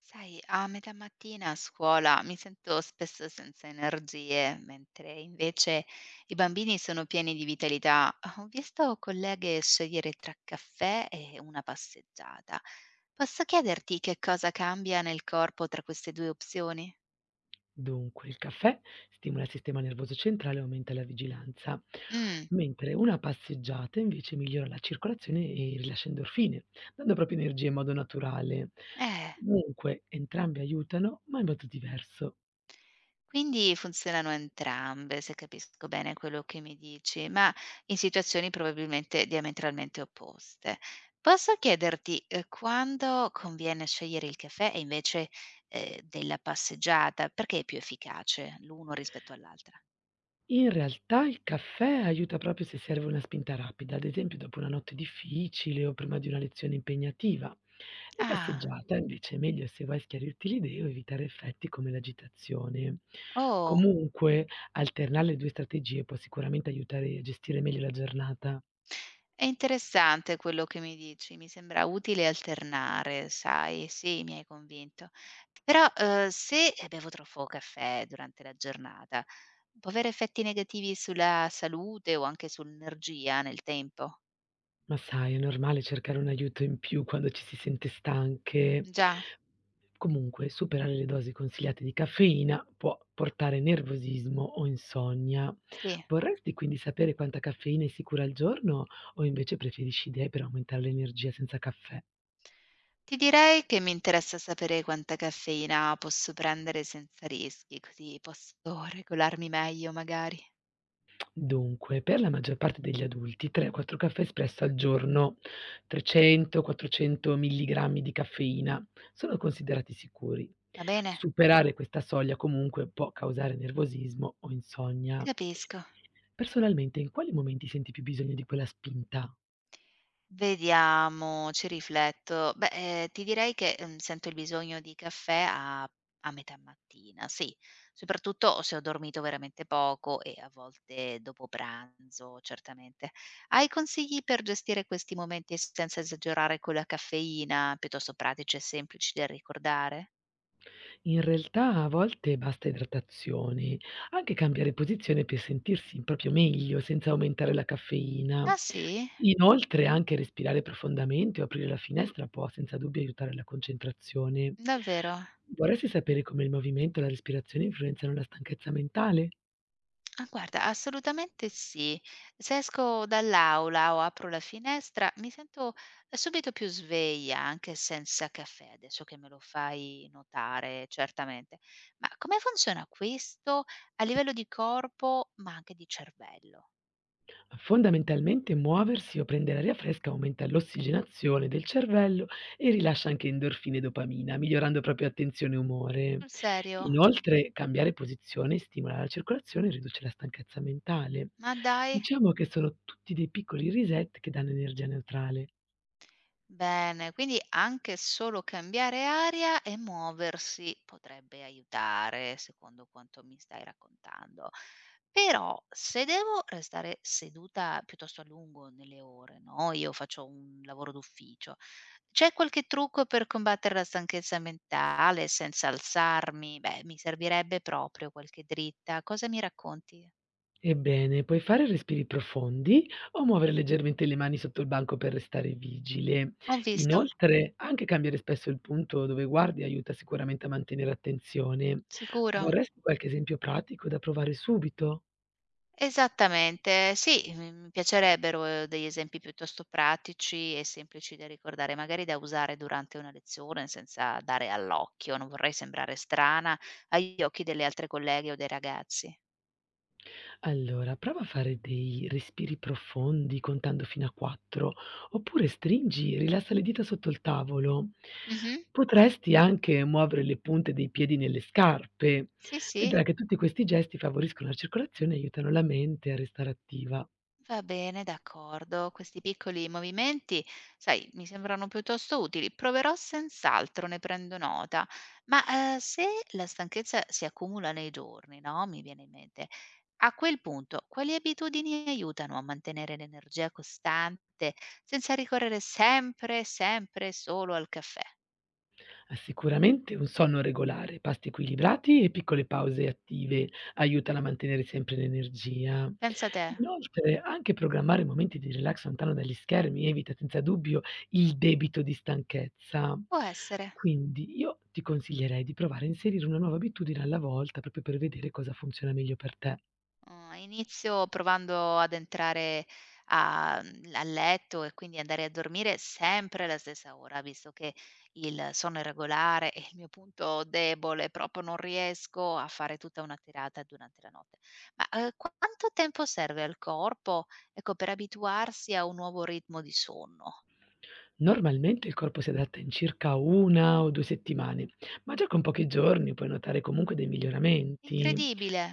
Sai, a metà mattina a scuola mi sento spesso senza energie, mentre invece i bambini sono pieni di vitalità. Ho visto colleghe scegliere tra caffè e una passeggiata. Posso chiederti che cosa cambia nel corpo tra queste due opzioni? Dunque, il caffè stimola il sistema nervoso centrale e aumenta la vigilanza, Mm, mentre una passeggiata invece migliora la circolazione e rilascia endorfine, dando proprio energia in modo naturale. eh. Comunque, entrambi aiutano, ma in modo diverso. Quindi funzionano entrambe, se capisco bene quello che mi dici, ma in situazioni probabilmente diametralmente opposte. Posso chiederti, quando conviene scegliere il caffè e invece, della passeggiata? Perché è più efficace l'uno rispetto all'altra? In realtà il caffè aiuta proprio se serve una spinta rapida, ad esempio dopo una notte difficile o prima di una lezione impegnativa. La Ah, passeggiata invece è meglio se vuoi schiarirti l'idea o evitare effetti come l'agitazione. oh. Comunque, alternare le due strategie può sicuramente aiutare a gestire meglio la giornata. È interessante quello che mi dici, mi sembra utile alternare, sai, sì, mi hai convinto. Però, se bevo troppo caffè durante la giornata, può avere effetti negativi sulla salute o anche sull'energia nel tempo? Ma sai, è normale cercare un aiuto in più quando ci si sente stanche. Già, Comunque, superare le dosi consigliate di caffeina può portare nervosismo o insonnia. sì. Vorresti quindi sapere quanta caffeina è sicura al giorno o invece preferisci idee per aumentare l'energia senza caffè? Ti direi che mi interessa sapere quanta caffeina posso prendere senza rischi, così posso regolarmi meglio magari. Dunque, per la maggior parte degli adulti 3 o 4 caffè espresso al giorno, 300, 400 milligrammi di caffeina, sono considerati sicuri. Va bene? Superare questa soglia comunque può causare nervosismo o insonnia. Capisco. Personalmente, in quali momenti senti più bisogno di quella spinta? Vediamo, ci rifletto. Beh, ti direi che, sento il bisogno di caffè a metà mattina, sì, soprattutto se ho dormito veramente poco e a volte dopo pranzo, certamente. Hai consigli per gestire questi momenti senza esagerare con la caffeina, piuttosto pratici e semplici da ricordare? In realtà a volte basta idratazione, anche cambiare posizione per sentirsi proprio meglio senza aumentare la caffeina. Ah sì? Inoltre anche respirare profondamente o aprire la finestra può senza dubbio aiutare la concentrazione. Davvero? Vorresti sapere come il movimento e la respirazione influenzano la stanchezza mentale? Ah guarda, assolutamente sì. Se esco dall'aula o apro la finestra, mi sento subito più sveglia, anche senza caffè, adesso che me lo fai notare, certamente. Ma come funziona questo a livello di corpo, ma anche di cervello? Fondamentalmente muoversi o prendere aria fresca aumenta l'ossigenazione del cervello e rilascia anche endorfine e dopamina, migliorando proprio attenzione e umore. Sul serio? Inoltre, cambiare posizione stimola la circolazione e riduce la stanchezza mentale. Ma dai! Diciamo che sono tutti dei piccoli reset che danno energia neutrale. Bene, quindi anche solo cambiare aria e muoversi potrebbe aiutare, secondo quanto mi stai raccontando. Però se devo restare seduta piuttosto a lungo nelle ore, no? Io faccio un lavoro d'ufficio. C'è qualche trucco per combattere la stanchezza mentale senza alzarmi? Beh, mi servirebbe proprio qualche dritta. Cosa mi racconti? Ebbene, puoi fare respiri profondi o muovere leggermente le mani sotto il banco per restare vigile. Ho visto, Inoltre, anche cambiare spesso il punto dove guardi aiuta sicuramente a mantenere attenzione. sicuro. Vorresti qualche esempio pratico da provare subito? Esattamente, sì, mi piacerebbero, degli esempi piuttosto pratici e semplici da ricordare, magari da usare durante una lezione senza dare all'occhio, non vorrei sembrare strana agli occhi delle altre colleghe o dei ragazzi. Allora, prova a fare dei respiri profondi contando fino a 4, oppure stringi, rilassa le dita sotto il tavolo. Mh-mh. Potresti anche muovere le punte dei piedi nelle scarpe. Sì, sì. Vedrai che tutti questi gesti favoriscono la circolazione e aiutano la mente a restare attiva. Va bene, d'accordo. Questi piccoli movimenti, sai, mi sembrano piuttosto utili. Proverò senz'altro, ne prendo nota. Se la stanchezza si accumula nei giorni, no? Mi viene in mente. A quel punto, quali abitudini aiutano a mantenere l'energia costante senza ricorrere sempre, sempre solo al caffè? Sicuramente un sonno regolare, pasti equilibrati e piccole pause attive aiutano a mantenere sempre l'energia. Pensa te, Inoltre, anche programmare momenti di relax lontano dagli schermi evita senza dubbio il debito di stanchezza. può essere. Quindi io ti consiglierei di provare a inserire una nuova abitudine alla volta proprio per vedere cosa funziona meglio per te. Mhmm, inizio provando ad entrare a a letto e quindi andare a dormire sempre alla stessa ora, visto che il sonno irregolare è il mio punto debole, proprio non riesco a fare tutta una tirata durante la notte. Ma, quanto tempo serve al corpo, ecco, per abituarsi a un nuovo ritmo di sonno? Normalmente il corpo si adatta in circa 1 o 2 settimane, ma già con pochi giorni puoi notare comunque dei miglioramenti. Incredibile,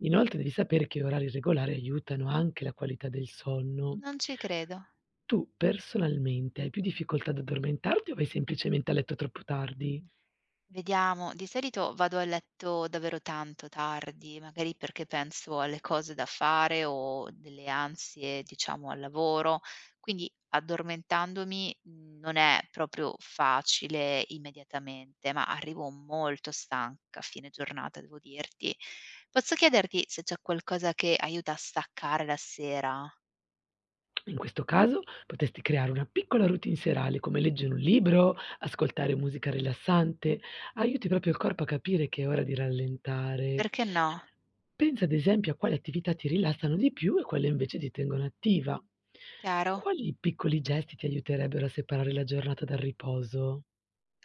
Inoltre devi sapere che orari regolari aiutano anche la qualità del sonno. non ci credo. Tu personalmente hai più difficoltà ad addormentarti o vai semplicemente a letto troppo tardi? Vediamo, di solito vado a letto davvero tanto tardi, magari perché penso alle cose da fare o delle ansie, diciamo, al lavoro, quindi addormentandomi non è proprio facile immediatamente, ma arrivo molto stanca a fine giornata, devo dirti. Posso chiederti se c'è qualcosa che aiuta a staccare la sera? In questo caso potresti creare una piccola routine serale come leggere un libro, ascoltare musica rilassante, aiuti proprio il corpo a capire che è ora di rallentare. Perché no? Pensa ad esempio a quali attività ti rilassano di più e quelle invece ti tengono attiva. Chiaro? Quali piccoli gesti ti aiuterebbero a separare la giornata dal riposo?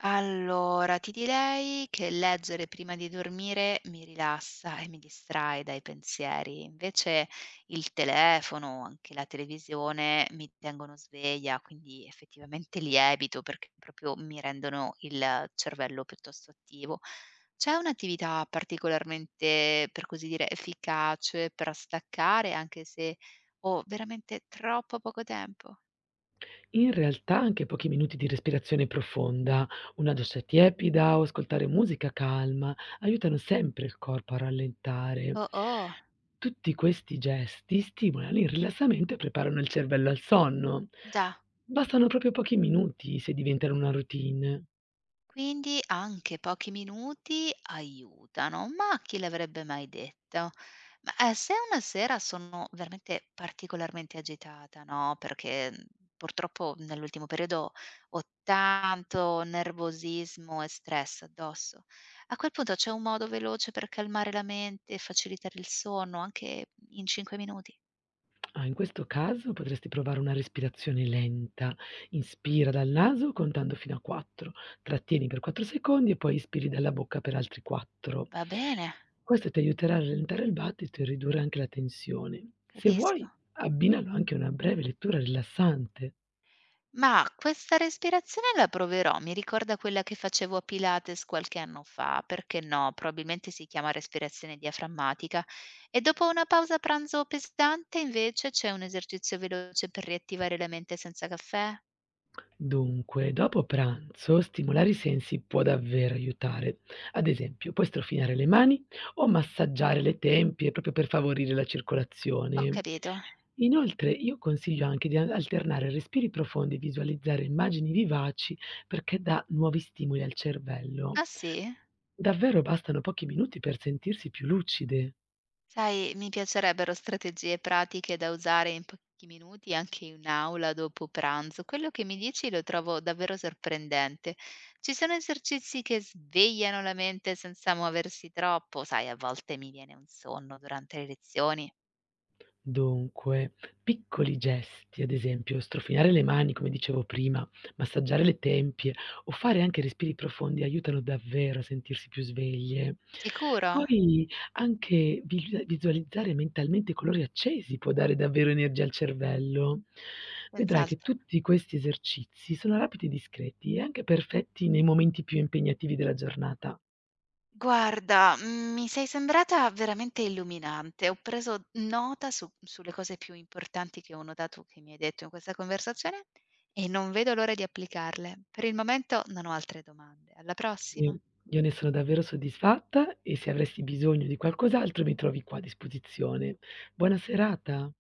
Allora, ti direi che leggere prima di dormire mi rilassa e mi distrae dai pensieri, invece il telefono, anche la televisione mi tengono sveglia, quindi effettivamente li evito perché proprio mi rendono il cervello piuttosto attivo. C'è un'attività particolarmente, per così dire, efficace per staccare, anche se ho veramente troppo poco tempo? In realtà anche pochi minuti di respirazione profonda, una doccia tiepida o ascoltare musica calma aiutano sempre il corpo a rallentare. Oh, oh, Tutti questi gesti stimolano il rilassamento e preparano il cervello al sonno. già. Bastano proprio pochi minuti se diventano una routine. Quindi anche pochi minuti aiutano, ma chi l'avrebbe mai detto? Se una sera sono veramente particolarmente agitata, no, perché, mhmm, purtroppo nell'ultimo periodo ho tanto nervosismo e stress addosso, a quel punto c'è un modo veloce per calmare la mente e facilitare il sonno anche in 5 minuti? Ah, in questo caso potresti provare una respirazione lenta. Inspira dal naso contando fino a 4, trattieni per 4 secondi e poi ispiri dalla bocca per altri 4. Va bene, Questo ti aiuterà a rallentare il battito e ridurre anche la tensione. Se vuoi, capisco. abbinalo anche a una breve lettura rilassante. Ma questa respirazione la proverò, mi ricorda quella che facevo a Pilates qualche anno fa, perché no, probabilmente si chiama respirazione diaframmatica. E dopo una pausa pranzo pesante, invece, c'è un esercizio veloce per riattivare la mente senza caffè? Dunque, dopo pranzo stimolare i sensi può davvero aiutare. Ad esempio, puoi strofinare le mani o massaggiare le tempie proprio per favorire la Ho circolazione. capito. Inoltre, io consiglio anche di alternare respiri profondi e visualizzare immagini vivaci perché dà nuovi stimoli al cervello. Ah sì? Davvero bastano pochi minuti per sentirsi più lucide. Sai, mi piacerebbero strategie pratiche da usare in pochi minuti anche in aula dopo pranzo. Quello che mi dici lo trovo davvero sorprendente. Ci sono esercizi che svegliano la mente senza muoversi troppo, sai, a volte mi viene un sonno durante le lezioni. Dunque, piccoli gesti, ad esempio strofinare le mani, come dicevo prima, massaggiare le tempie o fare anche respiri profondi aiutano davvero a sentirsi più sveglie. Sicuro? Poi anche visualizzare mentalmente i colori accesi può dare davvero energia al cervello. Vedrai che Senz'altro. tutti questi esercizi sono rapidi e discreti e anche perfetti nei momenti più impegnativi della giornata. Guarda, mhmm, mi sei sembrata veramente illuminante. Ho preso nota su sulle cose più importanti che ho notato che mi hai detto in questa conversazione e non vedo l'ora di applicarle. Per il momento non ho altre domande. Alla prossima. Sì, io ne sono davvero soddisfatta e se avresti bisogno di qualcos'altro mi trovi qua a disposizione. Buona serata.